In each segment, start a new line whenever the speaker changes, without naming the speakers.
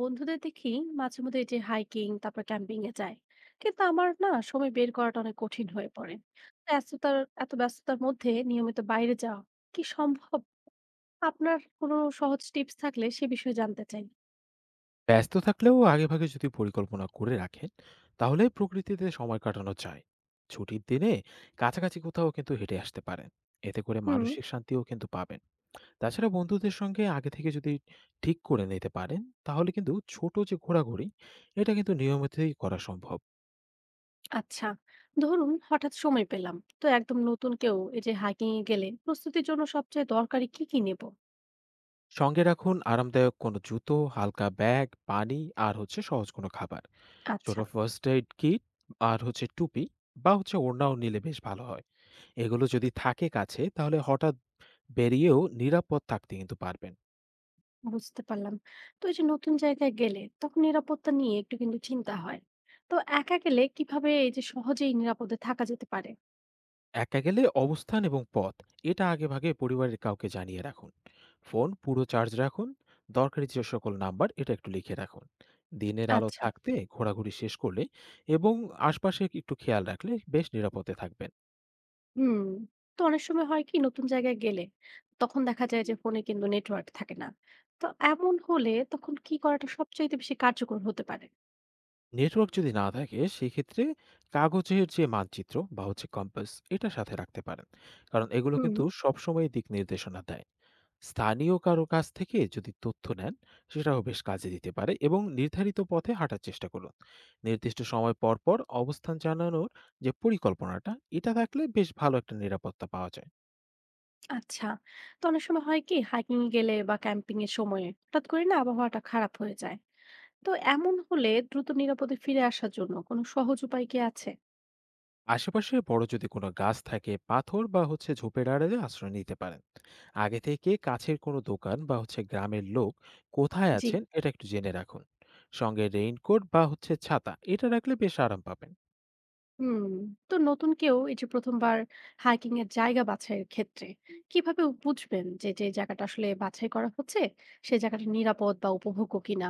বন্ধুদের দেখি মাঝে মধ্যে এই যে হাইকিং, তারপর ক্যাম্পিং এ যায়। কিন্তু আমার না সময় বের করাটা অনেক কঠিন হয়ে পড়ে। তো ব্যস্ততার এত ব্যস্ততার মধ্যে নিয়মিত বাইরে যাওয়া কি সম্ভব? আপনার কোনো সহজ টিপস থাকলে সে বিষয়ে জানতে চাই।
ব্যস্ত থাকলেও আগেভাগে যদি পরিকল্পনা করে রাখেন তাহলে প্রকৃতিতে সময় কাটানো যায়। ছুটির দিনে কাছাকাছি কোথাও কিন্তু হেঁটে আসতে পারেন। এতে করে
হুম।
মানসিক শান্তিও কিন্তু পাবেন। তাছাড়া বন্ধুদের সঙ্গে আগে থেকে যদি ঠিক করে নিতে পারেন, তাহলে কিন্তু ছোট যে ঘোরাঘুরি, এটা কিন্তু নিয়মিতই করা সম্ভব।
আচ্ছা, ধরুন হঠাৎ সময় পেলাম, তো একদম নতুন কেউ এই যে হাইকিং এ গেলে প্রস্তুতির জন্য সবচেয়ে দরকারি কি কি নেব?
সঙ্গে রাখুন আরামদায়ক কোনো জুতো, হালকা ব্যাগ, পানি আর হচ্ছে সহজ কোনো খাবার, ছোট
আচ্ছা।
ফার্স্ট এড কিট আর হচ্ছে টুপি বা হচ্ছে ওড়নাও নিলে বেশ ভালো হয়। এগুলো যদি থাকে কাছে, তাহলে হঠাৎ বেরিয়েও নিরাপদ থাকতে কিন্তু পারবেন।
বুঝতে পারলাম। তো এই যে নতুন জায়গায় গেলে তখন নিরাপত্তা নিয়ে একটু কিন্তু চিন্তা হয়। তো একা গেলে কিভাবে এই যে সহজেই নিরাপদে থাকা যেতে পারে?
একা গেলে অবস্থান এবং পথ এটা আগেভাগে পরিবারের কাউকে জানিয়ে রাখুন। ফোন পুরো চার্জ রাখুন। দরকারি যে সকল নাম্বার এটা একটু লিখে রাখুন। দিনের আলো
আচ্ছা।
থাকতে ঘোরাঘুরি শেষ করলে এবং আশপাশে একটু খেয়াল রাখলে বেশ নিরাপদে থাকবেন।
হুম। তো অনেক সময় হয় কি, নতুন জায়গায় গেলে তখন দেখা যায় যে ফোনে কিন্তু নেটওয়ার্ক থাকে না। তো এমন হলে তখন কি করাটা সবচাইতে বেশি কার্যকর হতে পারে?
নেটওয়ার্ক যদি না থাকে, সেক্ষেত্রে কাগজের যে মানচিত্র বা হচ্ছে কম্পাস এটা সাথে রাখতে পারেন। কারণ এগুলো
হুম।
কিন্তু সবসময় দিক নির্দেশনা দেয়। স্থানীয় কারো কাছ থেকে যদি তথ্য নেন, সেটাও বেশ কাজে দিতে পারে। এবং নির্ধারিত পথে হাঁটার চেষ্টা করুন। নির্দিষ্ট সময় পর পর অবস্থান জানানোর যে পরিকল্পনাটা, এটা থাকলে বেশ ভালো একটা নিরাপত্তা পাওয়া যায়।
আচ্ছা। তো অনেক সময় হয় কি, হাইকিং গেলে বা ক্যাম্পিং এর সময়ে হঠাৎ করে না আবহাওয়াটা খারাপ হয়ে যায়। তো এমন হলে দ্রুত নিরাপদে ফিরে আসার জন্য কোনো সহজ উপায় কি আছে?
আশেপাশে বড় যদি কোনো গাছ থাকে, পাথর বা হচ্ছে ঝোপের আড়ালে আশ্রয় নিতে পারেন। আগে থেকে কাছের কোনো দোকান বা হচ্ছে গ্রামের লোক কোথায়
জি।
আছেন, এটা একটু জেনে রাখুন। সঙ্গে রেইনকোট বা হচ্ছে ছাতা এটা রাখলে বেশ আরাম পাবেন।
হুম। তো নতুন কেউ এই যে ১ম বার হাইকিং এর জায়গা বাছাইয়ের ক্ষেত্রে কিভাবে বুঝবেন যে, যে জায়গাটা আসলে বাছাই করা হচ্ছে সেই জায়গাটা নিরাপদ বা উপভোগ্য কিনা?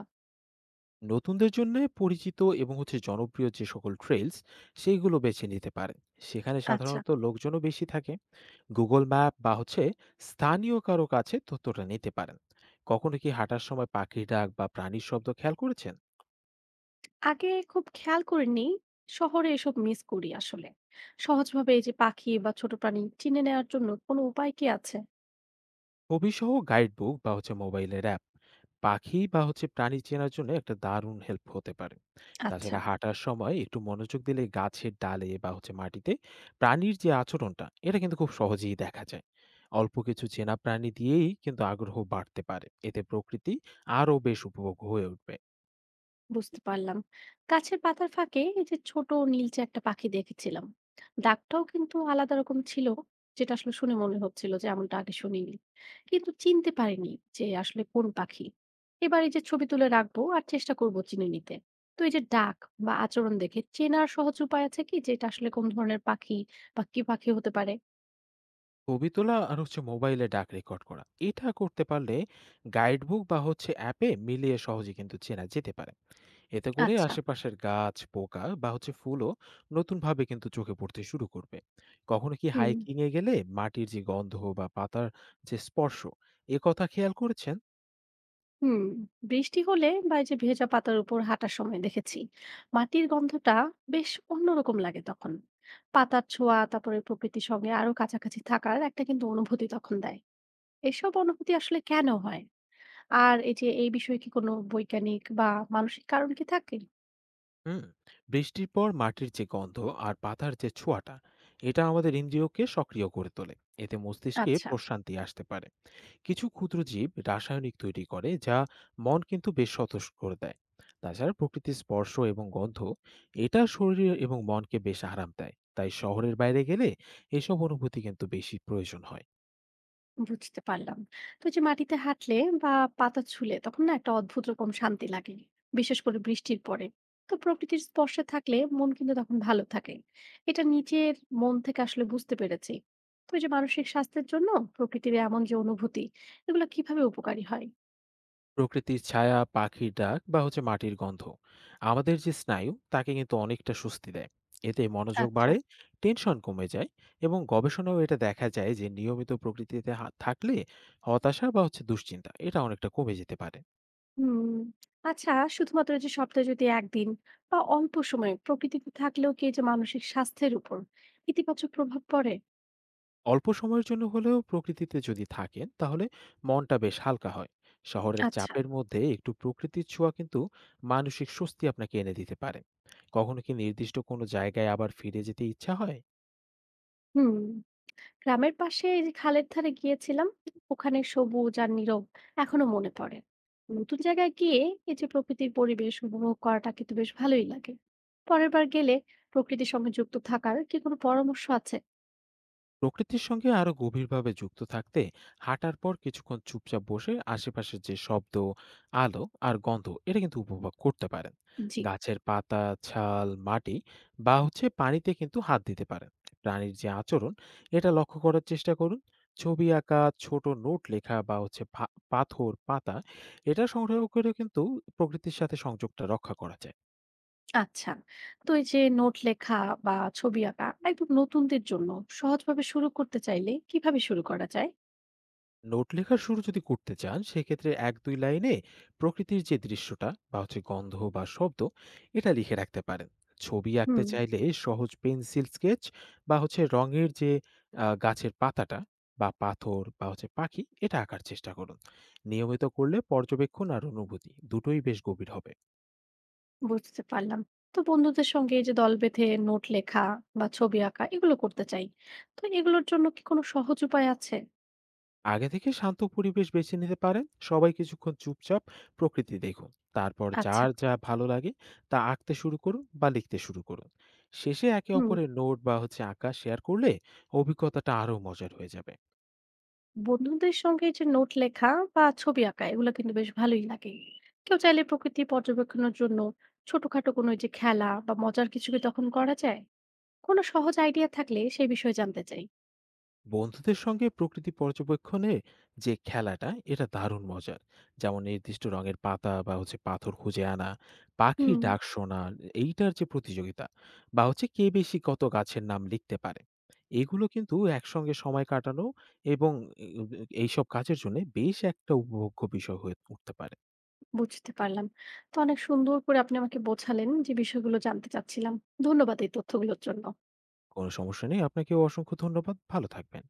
নতুনদের জন্য পরিচিত এবং হচ্ছে জনপ্রিয় যে সকল ট্রেলস, সেইগুলো বেছে নিতে পারেন। সেখানে
আচ্ছা।
সাধারণত লোকজনও বেশি থাকে। গুগল ম্যাপ বা হচ্ছে স্থানীয় কারো কাছে তথ্যটা নিতে পারেন। কখনো কি হাঁটার সময় পাখির ডাক বা প্রাণীর শব্দ খেয়াল করেছেন?
আগে খুব খেয়াল করিনি। শহরে এসব মিস করি আসলে। সহজভাবে এই যে পাখি বা ছোট প্রাণী চিনে নেওয়ার জন্য কোনো উপায় কি আছে?
ছবিসহ গাইডবুক বা হচ্ছে মোবাইলের অ্যাপ পাখি বা হচ্ছে প্রাণী চেনার জন্য একটা দারুণ হেল্প হতে পারে।
আচ্ছা।
তাছাড়া হাঁটার সময় একটু মনোযোগ দিলে গাছের ডালে বা হচ্ছে মাটিতে প্রাণীর যে আচরণটা, এটা কিন্তু খুব সহজেই দেখা যায়। অল্প কিছু চেনা প্রাণী দিয়েই কিন্তু আগ্রহ বাড়তে পারে, এতে প্রকৃতি আরো বেশ উপভোগ হয়ে উঠবে।
বুঝতে পারলাম। গাছের পাতার ফাঁকে এই যে ছোট নীলচে একটা পাখি দেখেছিলাম। ডাকটাও কিন্তু আলাদা রকম ছিল, যেটা আসলে শুনে মনে হচ্ছিল যে এমনটা আগে শুনিনি, কিন্তু চিনতে পারিনি যে আসলে কোন পাখি। এবার এই যে ছবি তুলে রাখবো আর চেষ্টা করবো চিনে নিতে। তো এই যে ডাক বা আচরণ দেখে চেনার সহজ উপায় আছে কি, যে এটা আসলে কোন ধরনের পাখি বা কি পাখি হতে পারে?
ছবি তোলা আর হচ্ছে মোবাইলে ডাক রেকর্ড করা এটা করতে পারলে গাইডবুক বা হচ্ছে অ্যাপে মিলিয়ে সহজে কিন্তু চেনা যেতে পারে। এতে করে
আচ্ছা।
আশেপাশের গাছ, পোকা বা হচ্ছে ফুলও নতুনভাবে কিন্তু চোখে পড়তে শুরু করবে। কখনো কি
হুম।
হাইকিং এ গেলে মাটির যে গন্ধ বা পাতার যে স্পর্শ, এ কথা খেয়াল করেছেন?
হুম। বৃষ্টি হলে বা এই যে ভেজা পাতার উপর হাঁটার সময় দেখেছি মাটির গন্ধটা বেশ অন্যরকম লাগে তখন। পাতার ছোঁয়া তারপরে প্রকৃতির সঙ্গে আরো কাছাকাছি থাকার একটা কিন্তু অনুভূতি তখন দেয়। এসব অনুভূতি আসলে কেন হয়? আর এই বিষয়ে কি কোনো বৈজ্ঞানিক বা মানসিক কারণ কি থাকে?
হুম। বৃষ্টির পর মাটির যে গন্ধ আর পাতার যে ছোঁয়াটা, এটা আমাদের ইন্দ্রিয়কে সক্রিয় করে তোলে। এতে মস্তিষ্কে
আচ্ছা।
প্রশান্তি আসতে পারে। কিছু ক্ষুদ্র জীব রাসায়নিক তৈরি করে, যা মন কিন্তু বেশ সতর্ক করে দেয়। তাছাড়া প্রকৃতির স্পর্শ এবং গন্ধ এটা শরীর এবং মনকে বেশ আরাম দেয়। তাই শহরের বাইরে গেলে এসব অনুভূতি কিন্তু বেশি প্রয়োজন হয়।
বুঝতে পারলাম। তো এই যে মাটিতে হাঁটলে বা পাতা ছুলে তখন না একটা অদ্ভুত রকম শান্তি লাগে। বিশেষ করে বৃষ্টির পরে। তো প্রকৃতির স্পর্শে থাকলে মন কিন্তু তখন ভালো থাকে। এটা নিজের মন থেকে আসলে বুঝতে পেরেছি। তো এই যে মানসিক স্বাস্থ্যের জন্য প্রকৃতির এমন যে অনুভূতি, এগুলো কিভাবে উপকারী হয়?
প্রকৃতির ছায়া, পাখির ডাক বা হচ্ছে মাটির গন্ধ আমাদের যে স্নায়ু, তাকে কিন্তু অনেকটা স্বস্তি দেয়। এতে মনোযোগ
আচ্ছা।
বাড়ে, টেনশন কমে যায়। এবং গবেষণাও এটা দেখা যায় যে নিয়মিত প্রকৃতিতে থাকলে হতাশা বা হচ্ছে দুশ্চিন্তা এটা অনেকটা কমে যেতে পারে।
হুম। আচ্ছা, শুধুমাত্র যে সপ্তাহে যদি একদিন বা অল্প সময় প্রকৃতিতে থাকলেও কি এই যে মানসিক স্বাস্থ্যের উপর ইতিবাচক প্রভাব পড়ে?
অল্প সময়ের জন্য হলেও প্রকৃতিতে যদি থাকেন, তাহলে মনটা বেশ হালকা হয়। শহরের
আচ্ছা।
চাপের মধ্যে একটু প্রকৃতির ছোঁয়া কিন্তু মানসিক স্বস্তি আপনাকে এনে দিতে পারে। কখনো কি নির্দিষ্ট কোনো জায়গায় আবার ফিরে যেতে ইচ্ছা হয়?
হুম। গ্রামের পাশে এই যে খালের ধারে গিয়েছিলাম। ওখানে সবুজ আর নীরব এখনো মনে পড়ে। নতুন জায়গায় গিয়ে এই যে প্রকৃতির পরিবেশ উপভোগ করাটা কিন্তু বেশ ভালোই লাগে। পরের বার গেলে প্রকৃতির সঙ্গে যুক্ত থাকার কি কোনো পরামর্শ আছে?
প্রকৃতির সঙ্গে আরো গভীরভাবে যুক্ত থাকতে হাঁটার পর কিছুক্ষণ চুপচাপ বসে আশেপাশের যে শব্দ, আলো আর গন্ধ এটা কিন্তু উপভোগ করতে পারেন।
জি।
গাছের পাতা, ছাল, মাটি বা হচ্ছে পানিতে কিন্তু হাত দিতে পারেন। প্রাণীর যে আচরণ, এটা লক্ষ্য করার চেষ্টা করুন। ছবি আঁকা, ছোট নোট লেখা বা হচ্ছে পাথর, পাতা এটা সংগ্রহ করে কিন্তু প্রকৃতির সাথে সংযোগটা রক্ষা করা যায়।
আচ্ছা। তো এই যে নোট লেখা বা ছবি আঁকা একদম নতুনদের জন্য সহজভাবে শুরু করতে চাইলে কিভাবে শুরু করা যায়?
নোট লেখা শুরু যদি করতে চান, সেক্ষেত্রে এক দুই লাইনে প্রকৃতির যে দৃশ্যটা বা হচ্ছে গন্ধ বা শব্দ এটা লিখে রাখতে পারেন। ছবি আঁকতে
হুম।
চাইলে সহজ পেন্সিল স্কেচ বা হচ্ছে রঙের যে গাছের পাতাটা বা পাথর বা হচ্ছে পাখি এটা আঁকার চেষ্টা করুন। নিয়মিত করলে পর্যবেক্ষণ আর অনুভূতি দুটোই বেশ গভীর হবে।
বুঝতে পারলাম। তো বন্ধুদের সঙ্গে এই যে দল বেঁধে নোট লেখা বা ছবি আঁকা এগুলো করতে চাই। তো এগুলোর জন্য কি কোনো সহজ উপায় আছে?
আগে থেকে শান্ত পরিবেশ বেছে নিতে পারেন। সবাই কিছুক্ষণ চুপচাপ প্রকৃতি দেখুন। তারপর
আচ্ছা।
যার যা ভালো লাগে তা আঁকতে শুরু করুন বা লিখতে শুরু করুন। শেষে একে
হুম।
অপরের নোট বা হচ্ছে আঁকা শেয়ার করলে অভিজ্ঞতাটা আরো মজার হয়ে যাবে।
বন্ধুদের সঙ্গে এই যে নোট লেখা বা ছবি আঁকা এগুলো কিন্তু বেশ ভালোই লাগে। কেউ চাইলে প্রকৃতি পর্যবেক্ষণের জন্য ছোটখাটো কোনো এই যে খেলা বা মজার কিছু কি তখন করা যায়? কোনো সহজ আইডিয়া থাকলে সেই বিষয়ে জানতে চাই।
বন্ধুদের সঙ্গে প্রকৃতি পর্যবেক্ষণে যে খেলাটা, এটা দারুণ মজার। যেমন নির্দিষ্ট রঙের পাতা বা হচ্ছে পাথর খুঁজে আনা, পাখির
হুম।
ডাক শোনা, এইটার যে প্রতিযোগিতা বা হচ্ছে কে বেশি কত গাছের নাম লিখতে পারে, এগুলো কিন্তু একসঙ্গে সময় কাটানো এবং উম, এইসব কাজের জন্য বেশ একটা উপভোগ্য বিষয় হয়ে উঠতে পারে।
বুঝতে পারলাম। তো অনেক সুন্দর করে আপনি আমাকে বোঝালেন যে বিষয়গুলো জানতে চাচ্ছিলাম। ধন্যবাদ এই তথ্যগুলোর জন্য।
কোনো সমস্যা নেই। আপনাকেও অসংখ্য ধন্যবাদ। ভালো থাকবেন।